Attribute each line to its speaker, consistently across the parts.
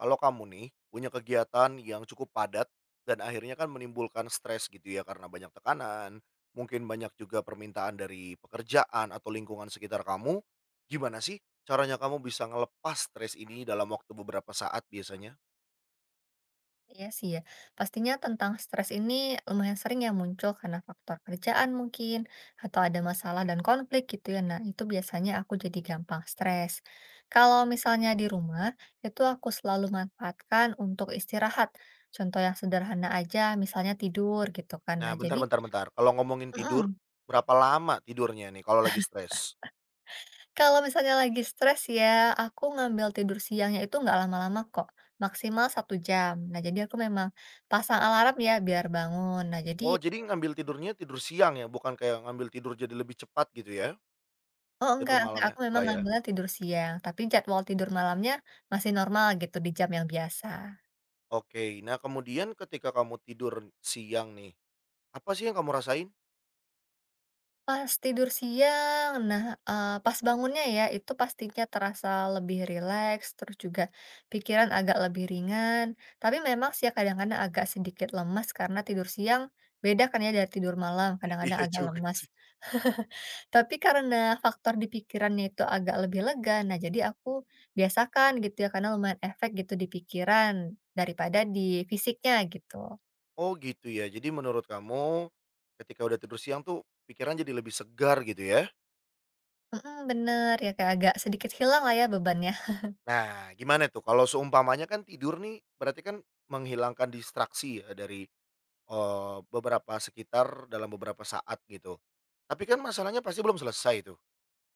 Speaker 1: Kalau kamu nih punya kegiatan yang cukup padat dan akhirnya kan menimbulkan stres gitu ya karena banyak tekanan, mungkin banyak juga permintaan dari pekerjaan atau lingkungan sekitar kamu, gimana sih caranya kamu bisa ngelepas stres ini dalam waktu beberapa saat biasanya?
Speaker 2: Iya sih ya, pastinya tentang stres ini lumayan sering ya muncul karena faktor kerjaan mungkin, atau ada masalah dan konflik gitu ya. Nah, itu biasanya aku jadi gampang stres. Kalau misalnya di rumah, itu aku selalu manfaatkan untuk istirahat. Contoh yang sederhana aja, misalnya tidur gitu kan.
Speaker 1: Nah,
Speaker 2: Nah,
Speaker 1: bentar
Speaker 2: jadi
Speaker 1: bentar bentar. Kalau ngomongin tidur,
Speaker 2: mm,
Speaker 1: berapa lama tidurnya nih kalau lagi stres?
Speaker 2: kalau misalnya lagi stres ya, aku ngambil tidur siangnya itu nggak lama-lama kok, maksimal 1 jam. Nah, jadi aku memang pasang alarm ya biar bangun. Nah, jadi.
Speaker 1: Oh, jadi ngambil tidurnya tidur siang ya, bukan kayak ngambil tidur jadi lebih cepat gitu ya?
Speaker 2: Oh,
Speaker 1: Tidur
Speaker 2: enggak,
Speaker 1: malamnya?
Speaker 2: aku memang
Speaker 1: Enggak ya?
Speaker 2: ngambilnya tidur siang, tapi jadwal tidur malamnya masih normal gitu di jam yang biasa.
Speaker 1: Oke, nah kemudian ketika kamu tidur siang nih, apa sih yang kamu rasain?
Speaker 2: Pas tidur siang, nah, pas bangunnya ya, itu pastinya terasa lebih rileks, terus juga pikiran agak lebih ringan. Tapi memang sih ya kadang-kadang agak sedikit lemas karena tidur siang beda kan ya dari tidur malam, kadang-kadang
Speaker 1: Iya
Speaker 2: agak
Speaker 1: juga
Speaker 2: lemas.
Speaker 1: sih.
Speaker 2: Tapi karena faktor di pikirannya itu agak lebih lega, nah jadi aku biasakan gitu ya, karena lumayan efek gitu di pikiran daripada di fisiknya gitu.
Speaker 1: Oh gitu ya, jadi menurut kamu, ketika udah tidur siang tuh pikiran jadi lebih segar gitu ya?
Speaker 2: Mhm, bener, ya kayak agak sedikit hilang lah ya bebannya.
Speaker 1: Nah, gimana tuh kalau seumpamanya kan tidur nih berarti kan menghilangkan distraksi ya dari, beberapa sekitar dalam beberapa saat gitu. Tapi kan masalahnya pasti belum selesai tuh.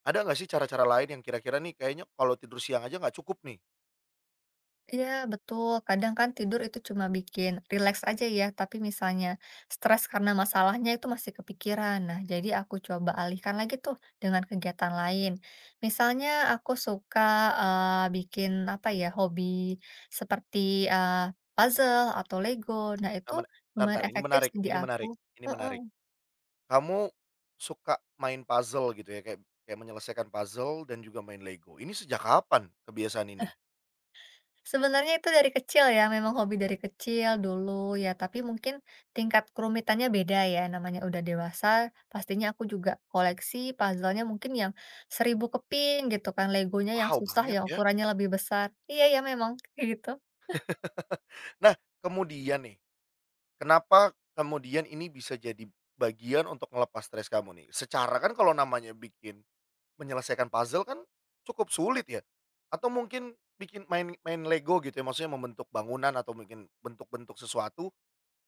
Speaker 1: Ada nggak sih cara-cara lain yang kira-kira nih kayaknya kalau tidur siang aja nggak cukup nih?
Speaker 2: Iya, betul. Kadang kan tidur itu cuma bikin relax aja ya, tapi misalnya stres karena masalahnya itu masih kepikiran. Nah, jadi aku coba alihkan lagi tuh dengan kegiatan lain. Misalnya aku suka bikin apa ya, hobi seperti eh, puzzle atau Lego. Nah, itu
Speaker 1: Nah mena Entar
Speaker 2: lumayan
Speaker 1: entar, ini
Speaker 2: efektif
Speaker 1: menarik,
Speaker 2: sih di
Speaker 1: ini
Speaker 2: aku.
Speaker 1: menarik, ini
Speaker 2: Heeh.
Speaker 1: menarik. Kamu suka main puzzle gitu ya, kayak kayak menyelesaikan puzzle dan juga main Lego. Ini sejak kapan kebiasaan ini?
Speaker 2: Sebenarnya itu dari kecil ya, memang hobi dari kecil dulu ya, tapi mungkin tingkat kerumitannya beda ya, namanya udah dewasa, pastinya aku juga koleksi puzzle-nya mungkin yang 1000 keping gitu kan, Legonya yang
Speaker 1: Wow,
Speaker 2: susah
Speaker 1: banyak
Speaker 2: yang
Speaker 1: ya.
Speaker 2: ukurannya lebih besar. Iya ya memang, kayak gitu.
Speaker 1: Nah, kemudian nih, kenapa kemudian ini bisa jadi bagian untuk ngelepas stres kamu nih? Secara kan kalau namanya bikin menyelesaikan puzzle kan cukup sulit ya? Atau mungkin bikin main main Lego gitu ya, maksudnya membentuk bangunan atau mungkin bentuk-bentuk sesuatu.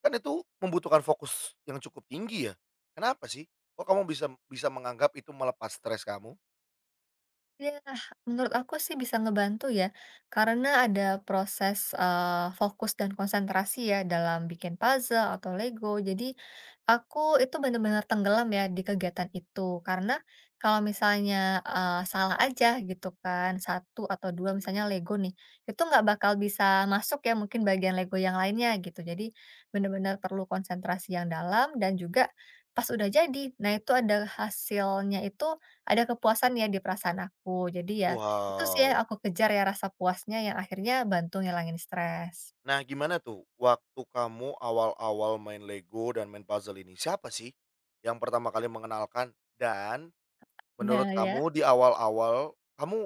Speaker 1: Kan itu membutuhkan fokus yang cukup tinggi ya. Kenapa sih? Kok kamu bisa bisa menganggap itu melepas stres kamu?
Speaker 2: Ya, menurut aku sih bisa ngebantu ya, karena ada proses fokus dan konsentrasi ya dalam bikin puzzle atau Lego. Jadi aku itu benar-benar tenggelam ya di kegiatan itu, karena kalau misalnya salah aja gitu kan, satu atau dua misalnya Lego nih, itu nggak bakal bisa masuk ya mungkin bagian Lego yang lainnya gitu. Jadi benar-benar perlu konsentrasi yang dalam dan juga pas udah jadi, nah itu ada hasilnya itu ada kepuasan ya di perasaan aku. Jadi ya, itu sih yang
Speaker 1: Wow.
Speaker 2: aku kejar ya rasa puasnya yang akhirnya bantu ngilangin stres.
Speaker 1: Nah, gimana tuh waktu kamu awal-awal main Lego dan main puzzle ini, siapa sih yang pertama kali mengenalkan? Dan menurut
Speaker 2: Nah
Speaker 1: kamu
Speaker 2: ya.
Speaker 1: di awal-awal kamu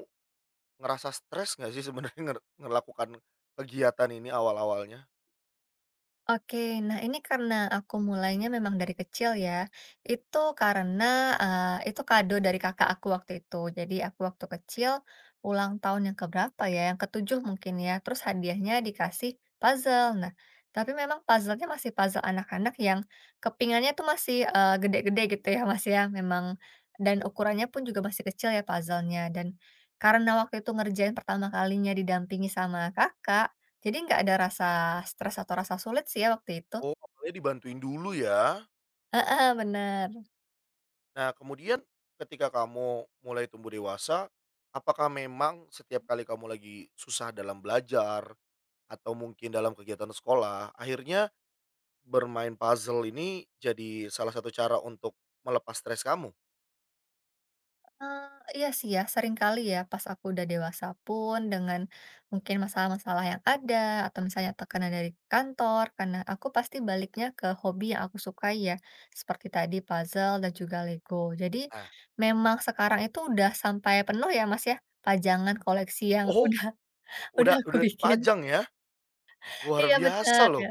Speaker 1: ngerasa stres nggak sih sebenarnya ngelakukan kegiatan ini awal-awalnya?
Speaker 2: Oke, nah ini karena aku mulainya memang dari kecil ya, itu karena, itu kado dari kakak aku waktu itu. Jadi aku waktu kecil, ulang tahun yang keberapa ya, yang ketujuh mungkin ya, terus hadiahnya dikasih puzzle. Nah, tapi memang puzzle-nya masih puzzle anak-anak yang kepingannya tuh masih, gede-gede gitu ya, Mas, ya, memang dan ukurannya pun juga masih kecil ya puzzle-nya. Dan karena waktu itu ngerjain pertama kalinya didampingi sama kakak jadi nggak ada rasa stres atau rasa sulit sih ya waktu itu?
Speaker 1: Oh, awalnya dibantuin dulu ya.
Speaker 2: Heeh, bener.
Speaker 1: Nah, kemudian ketika kamu mulai tumbuh dewasa, apakah memang setiap kali kamu lagi susah dalam belajar atau mungkin dalam kegiatan sekolah, akhirnya bermain puzzle ini jadi salah satu cara untuk melepas stres kamu?
Speaker 2: Eee, iya sih ya, sering kali ya pas aku udah dewasa pun dengan mungkin masalah-masalah yang ada atau misalnya tekanan dari kantor, karena aku pasti baliknya ke hobi yang aku sukai ya, seperti tadi puzzle dan juga Lego. Jadi
Speaker 1: Nah.
Speaker 2: memang sekarang itu udah sampai penuh ya, Mas, ya, pajangan koleksi yang
Speaker 1: Oh,
Speaker 2: udah udah
Speaker 1: udah
Speaker 2: aku
Speaker 1: udah
Speaker 2: bikin.
Speaker 1: dipajang ya? Luar
Speaker 2: Iya
Speaker 1: biasa
Speaker 2: benar
Speaker 1: loh.
Speaker 2: ya.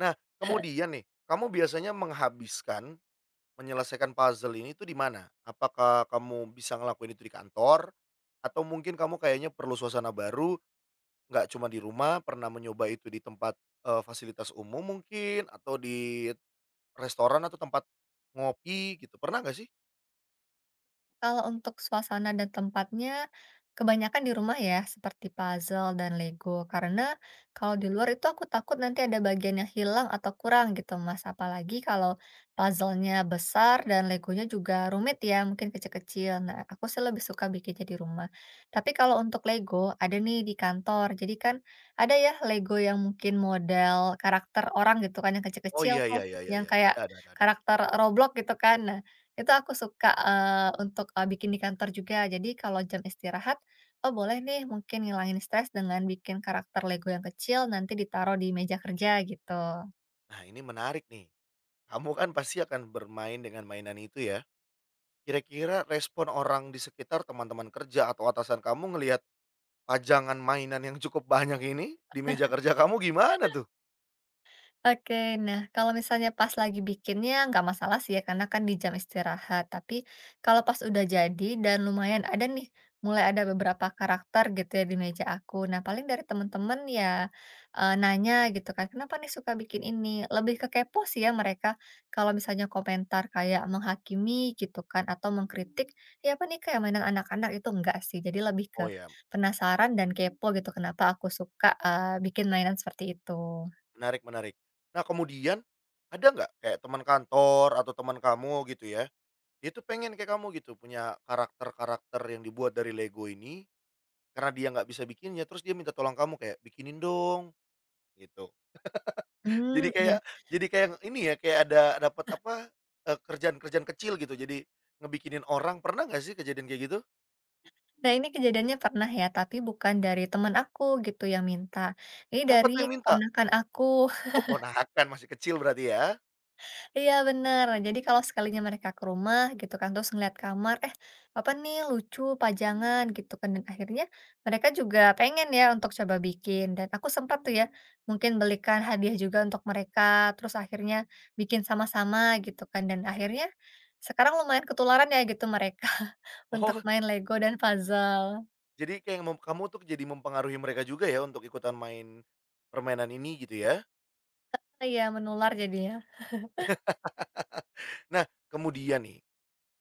Speaker 1: Nah, kemudian nih, kamu biasanya menyelesaikan puzzle ini tuh di mana? Apakah kamu bisa ngelakuin itu di kantor? Atau mungkin kamu kayaknya perlu suasana baru, nggak cuma di rumah, pernah mencoba itu di tempat, fasilitas umum mungkin atau di restoran atau tempat ngopi gitu, pernah nggak sih?
Speaker 2: Kalau untuk suasana dan tempatnya, kebanyakan di rumah ya, seperti puzzle dan Lego. Karena kalau di luar itu aku takut nanti ada bagian yang hilang atau kurang gitu, Mas. Apalagi kalau puzzle-nya besar dan Legonya juga rumit ya, mungkin kecil-kecil. Nah, aku sih lebih suka bikinnya di rumah. Tapi kalau untuk Lego, ada nih di kantor. Jadi kan ada ya Lego yang mungkin model karakter orang gitu kan, yang
Speaker 1: Oh,
Speaker 2: kecil-kecil
Speaker 1: iya
Speaker 2: tuh.
Speaker 1: iya iya iya
Speaker 2: Yang
Speaker 1: iya, iya.
Speaker 2: kayak
Speaker 1: Ada ada ada.
Speaker 2: karakter Roblox gitu kan. Nah, itu aku suka, untuk, bikin di kantor juga. Jadi kalau jam istirahat, oh boleh nih mungkin ngilangin stres dengan bikin karakter Lego yang kecil nanti ditaruh di meja kerja gitu.
Speaker 1: Nah, ini menarik nih, kamu kan pasti akan bermain dengan mainan itu ya. Kira-kira respon orang di sekitar teman-teman kerja atau atasan kamu ngelihat pajangan mainan yang cukup banyak ini di meja kerja kamu gimana tuh?
Speaker 2: Oke, nah kalau misalnya pas lagi bikinnya nggak masalah sih ya, karena kan di jam istirahat. Tapi kalau pas udah jadi dan lumayan ada nih, mulai ada beberapa karakter gitu ya di meja aku. Nah paling dari temen-temen ya nanya gitu kan, kenapa nih suka bikin ini? Lebih ke kepo sih ya mereka. Kalau misalnya komentar kayak menghakimi gitu kan, atau mengkritik, ya apa nih kayak mainan anak-anak itu enggak sih. Jadi lebih ke
Speaker 1: Oh, ya,
Speaker 2: penasaran dan kepo gitu, kenapa aku suka bikin mainan seperti itu.
Speaker 1: menarik menarik. Nah, kemudian ada nggak kayak teman kantor atau teman kamu gitu ya, dia tuh pengen kayak kamu gitu, punya karakter-karakter yang dibuat dari Lego ini, karena dia nggak bisa bikinnya, terus dia minta tolong kamu kayak, "Bikinin dong," gitu.
Speaker 2: Hmm,
Speaker 1: Jadi
Speaker 2: iya.
Speaker 1: kayak jadi kayak ini ya, kayak ada dapat apa, kerjaan-kerjaan kecil gitu, jadi ngebikinin orang. Pernah nggak sih kejadian kayak gitu?
Speaker 2: Nah, ini kejadiannya pernah ya, tapi bukan dari teman aku gitu yang minta. Ini
Speaker 1: Siapa
Speaker 2: dari
Speaker 1: tuh yang minta?
Speaker 2: keponakan aku.
Speaker 1: Oh, ponakan, masih kecil berarti ya?
Speaker 2: Iya, bener. Jadi kalau sekalinya mereka ke rumah gitu kan, terus ngeliat kamar, eh apa nih lucu, pajangan gitu kan. Dan akhirnya mereka juga pengen ya untuk coba bikin. Dan aku sempat tuh ya, mungkin belikan hadiah juga untuk mereka. Terus akhirnya bikin sama-sama gitu kan. Dan akhirnya sekarang lumayan ketularan ya gitu mereka untuk
Speaker 1: Oh,
Speaker 2: main Lego dan puzzle.
Speaker 1: jadi kayak kamu tuh jadi mempengaruhi mereka juga ya untuk ikutan main permainan ini gitu ya?
Speaker 2: Iya, menular jadinya.
Speaker 1: Nah, kemudian nih,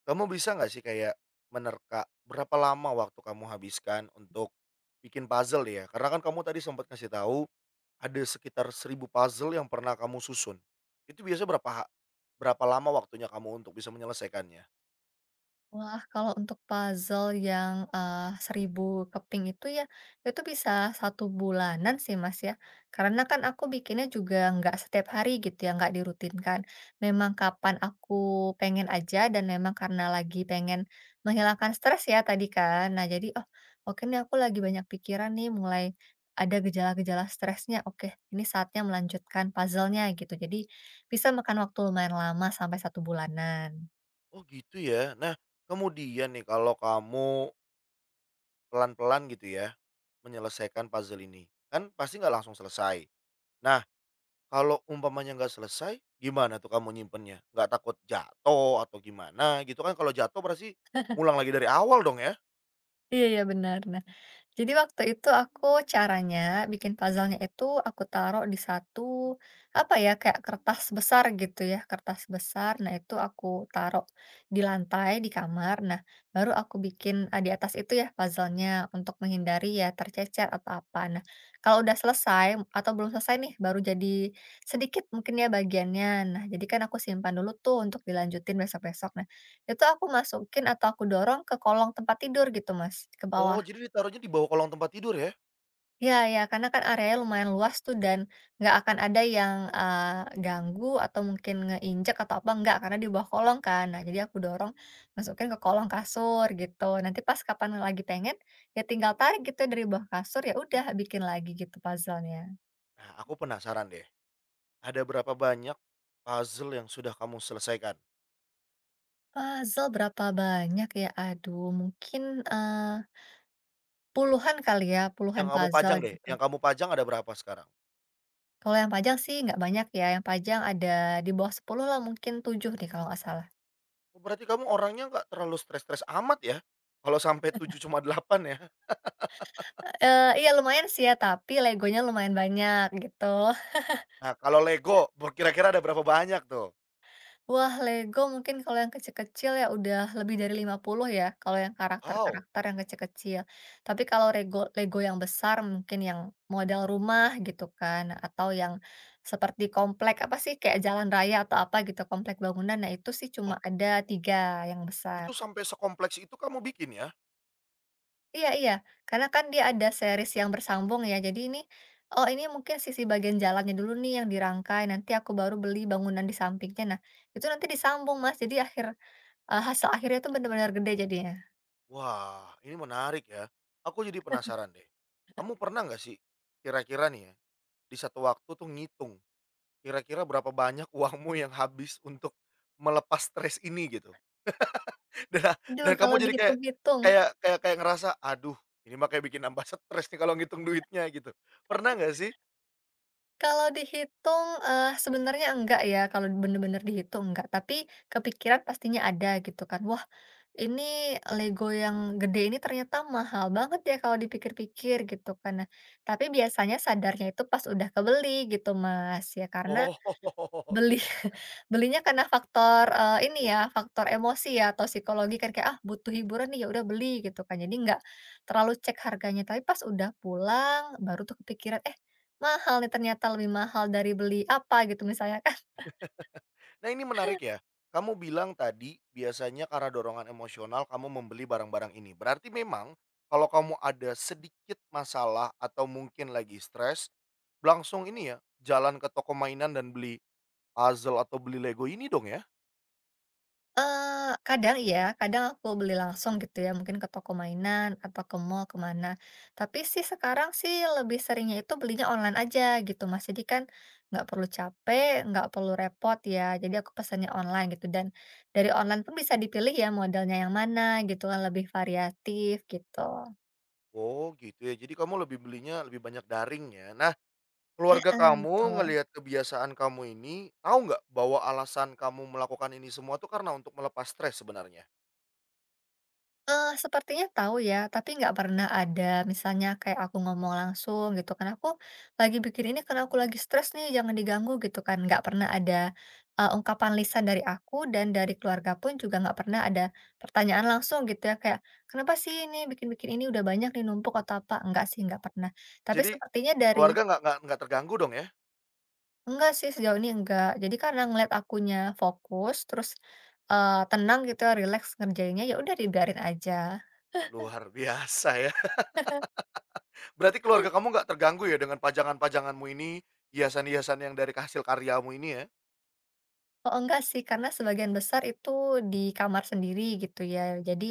Speaker 1: kamu bisa nggak sih kayak menerka berapa lama waktu kamu habiskan untuk bikin puzzle ya? Karena kan kamu tadi sempat kasih tahu ada sekitar 1.000 puzzle yang pernah kamu susun. Itu biasanya berapa lama waktunya kamu untuk bisa menyelesaikannya?
Speaker 2: Wah, kalau untuk puzzle yang, 1000 keping itu ya, itu bisa satu bulanan sih, Mas, ya. Karena kan aku bikinnya juga nggak setiap hari gitu ya, nggak dirutinkan. Memang kapan aku pengen aja dan memang karena lagi pengen menghilangkan stres ya tadi kan. Nah jadi, "Oh, oke nih aku lagi banyak pikiran nih, mulai ada gejala-gejala stresnya. Oke, ini saatnya melanjutkan puzzle-nya," gitu. Jadi bisa makan waktu lumayan lama sampai satu bulanan.
Speaker 1: Oh gitu ya. Nah, kemudian nih kalau kamu pelan-pelan gitu ya menyelesaikan puzzle ini, kan pasti nggak langsung selesai. Nah, kalau umpamanya nggak selesai, gimana tuh kamu nyimpennya? Nggak takut jatuh atau gimana gitu kan, kalau jatuh berarti ngulang lagi dari awal dong ya?
Speaker 2: Iya iya, benar. Nah, jadi waktu itu aku caranya bikin puzzle-nya itu aku taruh di satu apa ya, kayak kertas besar gitu ya, kertas besar. Nah, itu aku taruh di lantai di kamar. Nah, baru aku bikin, di atas itu ya puzzle-nya untuk menghindari ya tercecer atau apa. Nah, kalau udah selesai atau belum selesai nih baru jadi sedikit mungkin ya bagiannya. Nah, jadi kan aku simpan dulu tuh untuk dilanjutin besok-besok. Nah, itu aku masukin atau aku dorong ke kolong tempat tidur gitu Mas, ke
Speaker 1: Oh,
Speaker 2: bawah.
Speaker 1: jadi ditaruhnya di bawah kolong tempat tidur ya?
Speaker 2: Iya ya, karena kan areanya lumayan luas tuh dan nggak akan ada yang, ganggu atau mungkin ngeinjek atau apa, nggak, karena di bawah kolong kan. Nah, jadi aku dorong masukin ke kolong kasur gitu, nanti pas kapan lagi pengen, ya tinggal tarik gitu dari bawah kasur, ya udah bikin lagi gitu puzzle-nya.
Speaker 1: Nah, aku penasaran deh, ada berapa banyak puzzle yang sudah kamu selesaikan?
Speaker 2: Puzzle berapa banyak ya? Aduh mungkin, puluhan kali ya, puluhan
Speaker 1: Yang kamu
Speaker 2: puzzle
Speaker 1: pajang deh,
Speaker 2: gitu.
Speaker 1: yang kamu pajang ada berapa sekarang?
Speaker 2: Kalau yang panjang sih nggak banyak ya, yang panjang ada di bawah 10 lah, mungkin 7 nih kalau nggak salah.
Speaker 1: Oh, berarti kamu orangnya nggak terlalu stres-stres amat ya? Kalau sampai 7 cuma 8 ya?
Speaker 2: Iya lumayan sih ya, tapi Legonya lumayan banyak gitu.
Speaker 1: Nah, kalau Lego, kira-kira ada berapa banyak tuh?
Speaker 2: Wah Lego mungkin kalau yang kecil-kecil ya udah lebih dari 50 ya, kalau yang
Speaker 1: Wow,
Speaker 2: karakter-karakter yang kecil-kecil. Tapi kalau Lego yang besar mungkin yang model rumah gitu kan, atau yang seperti komplek apa sih, kayak jalan raya atau apa gitu, komplek bangunan, nah itu sih cuma
Speaker 1: oh,
Speaker 2: ada 3 yang besar.
Speaker 1: itu sampai sekompleks itu kamu bikin ya?
Speaker 2: Iya iya, karena kan dia ada series yang bersambung ya, jadi ini, oh ini mungkin sisi bagian jalannya dulu nih yang dirangkai, nanti aku baru beli bangunan di sampingnya. Nah, itu nanti disambung Mas, jadi hasil akhirnya tuh benar-benar gede jadinya.
Speaker 1: Wah, ini menarik ya. Aku jadi penasaran deh. Kamu pernah nggak sih kira-kira nih ya, di satu waktu tuh ngitung kira-kira berapa banyak uangmu yang habis untuk melepas stres ini gitu. Dan
Speaker 2: Aduh,
Speaker 1: kamu
Speaker 2: kalau
Speaker 1: jadi kayak
Speaker 2: dihitung-hitung
Speaker 1: kayak ngerasa, "Aduh, ini mah kayak bikin nambah stres nih kalau ngitung duitnya," gitu. Pernah nggak sih?
Speaker 2: Kalau dihitung, sebenarnya enggak ya, kalau bener-bener dihitung enggak, tapi kepikiran pastinya ada gitu kan. Wah, ini Lego yang gede ini ternyata mahal banget ya kalau dipikir-pikir gitu kan. Nah, tapi biasanya sadarnya itu pas udah kebeli gitu Mas, ya karena
Speaker 1: Oh,
Speaker 2: beli
Speaker 1: gitu.
Speaker 2: belinya karena faktor, ini ya, faktor emosi ya atau psikologi kan kayak, "Ah, butuh hiburan nih, ya udah beli," gitu kan. Jadi nggak terlalu cek harganya, tapi pas udah pulang baru tuh kepikiran, "Eh, mahal nih ternyata, lebih mahal dari beli apa," gitu misalnya.
Speaker 1: Nah, ini menarik ya, kamu bilang tadi biasanya karena dorongan emosional kamu membeli barang-barang ini. Berarti memang kalau kamu ada sedikit masalah atau mungkin lagi stres, langsung ini ya, jalan ke toko mainan dan beli puzzle atau beli Lego ini dong ya?
Speaker 2: Kadang iya, kadang aku beli langsung gitu ya, mungkin ke toko mainan atau ke mall, kemana. Tapi sih sekarang sih lebih seringnya itu belinya online aja gitu, Mas. Jadi kan nggak perlu capek, nggak perlu repot ya, jadi aku pesannya online gitu dan dari online pun bisa dipilih ya modelnya yang mana gitu kan, lebih variatif gitu.
Speaker 1: Oh gitu ya, jadi kamu lebih belinya lebih banyak daring ya. Nah, keluarga
Speaker 2: Heeh,
Speaker 1: kamu
Speaker 2: betul.
Speaker 1: ngelihat kebiasaan kamu ini, tahu nggak bahwa alasan kamu melakukan ini semua tuh karena untuk melepas stres sebenarnya?
Speaker 2: Sepertinya tahu ya, tapi nggak pernah ada misalnya kayak aku ngomong langsung gitu kan, "Aku lagi bikin ini karena aku lagi stres nih, jangan diganggu," gitu kan. Nggak pernah ada, ungkapan lisan dari aku dan dari keluarga pun juga nggak pernah ada pertanyaan langsung gitu ya, kayak, "Kenapa sih ini bikin-bikin ini udah banyak nih numpuk atau apa?" Enggak sih, nggak pernah. Tapi
Speaker 1: Jadi
Speaker 2: sepertinya dari
Speaker 1: keluarga nggak terganggu dong ya?
Speaker 2: enggak sih, sejauh ini enggak. Jadi karena ngeliat akunya fokus, terus, tenang gitu ya, rileks ngerjainnya, ya udah dibiarin aja.
Speaker 1: Luar biasa ya. Berarti keluarga kamu nggak terganggu ya dengan pajangan-pajanganmu ini, hiasan-hiasan yang dari hasil karyamu ini ya?
Speaker 2: Oh, enggak sih, karena sebagian besar itu di kamar sendiri gitu ya. Jadi,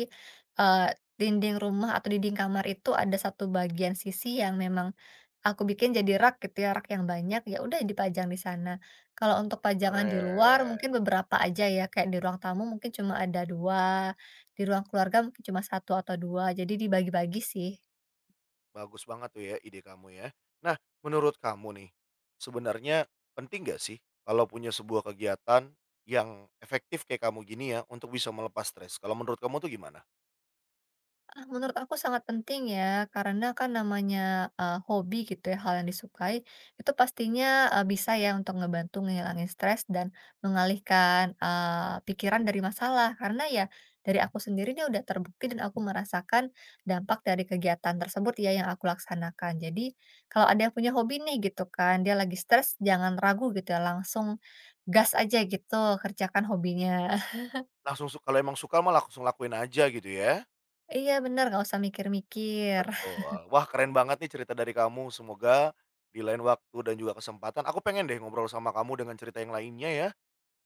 Speaker 2: eee, dinding rumah atau dinding kamar itu ada satu bagian sisi yang memang aku bikin jadi rak gitu ya, rak yang banyak, ya udah dipajang di sana. Kalau untuk pajangan di luar mungkin
Speaker 1: Keren.
Speaker 2: beberapa aja ya, kayak di ruang tamu mungkin cuma ada 2, di ruang keluarga mungkin cuma satu atau dua. Jadi dibagi-bagi sih.
Speaker 1: Bagus banget tuh ya ide kamu ya. Nah, menurut kamu nih, sebenarnya penting gak sih kalau punya sebuah kegiatan yang efektif kayak kamu gini ya untuk bisa melepas stres? Kalau menurut kamu tuh gimana?
Speaker 2: Ah, menurut aku sangat penting ya, karena kan namanya hobi gitu ya, hal yang disukai, itu pastinya bisa ya untuk ngebantu ngehilangin stres dan mengalihkan pikiran dari masalah. Karena ya dari aku sendiri ini udah terbukti dan aku merasakan dampak dari kegiatan tersebut ya yang aku laksanakan. Jadi kalau ada yang punya hobi nih gitu kan, dia lagi stres, jangan ragu gitu ya, langsung gas aja gitu kerjakan hobinya.
Speaker 1: Langsung kalau emang suka mah langsung lakuin aja gitu ya?
Speaker 2: Iya bener, gak usah mikir-mikir.
Speaker 1: Betul. Wah, keren banget nih cerita dari kamu. Semoga di lain waktu dan juga kesempatan aku pengen deh ngobrol sama kamu dengan cerita yang lainnya ya,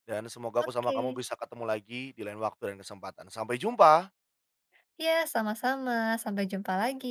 Speaker 1: dan semoga aku sama kamu
Speaker 2: Oke.
Speaker 1: bisa ketemu lagi di lain waktu dan kesempatan. Sampai jumpa.
Speaker 2: Ya, sama-sama. Sampai jumpa lagi.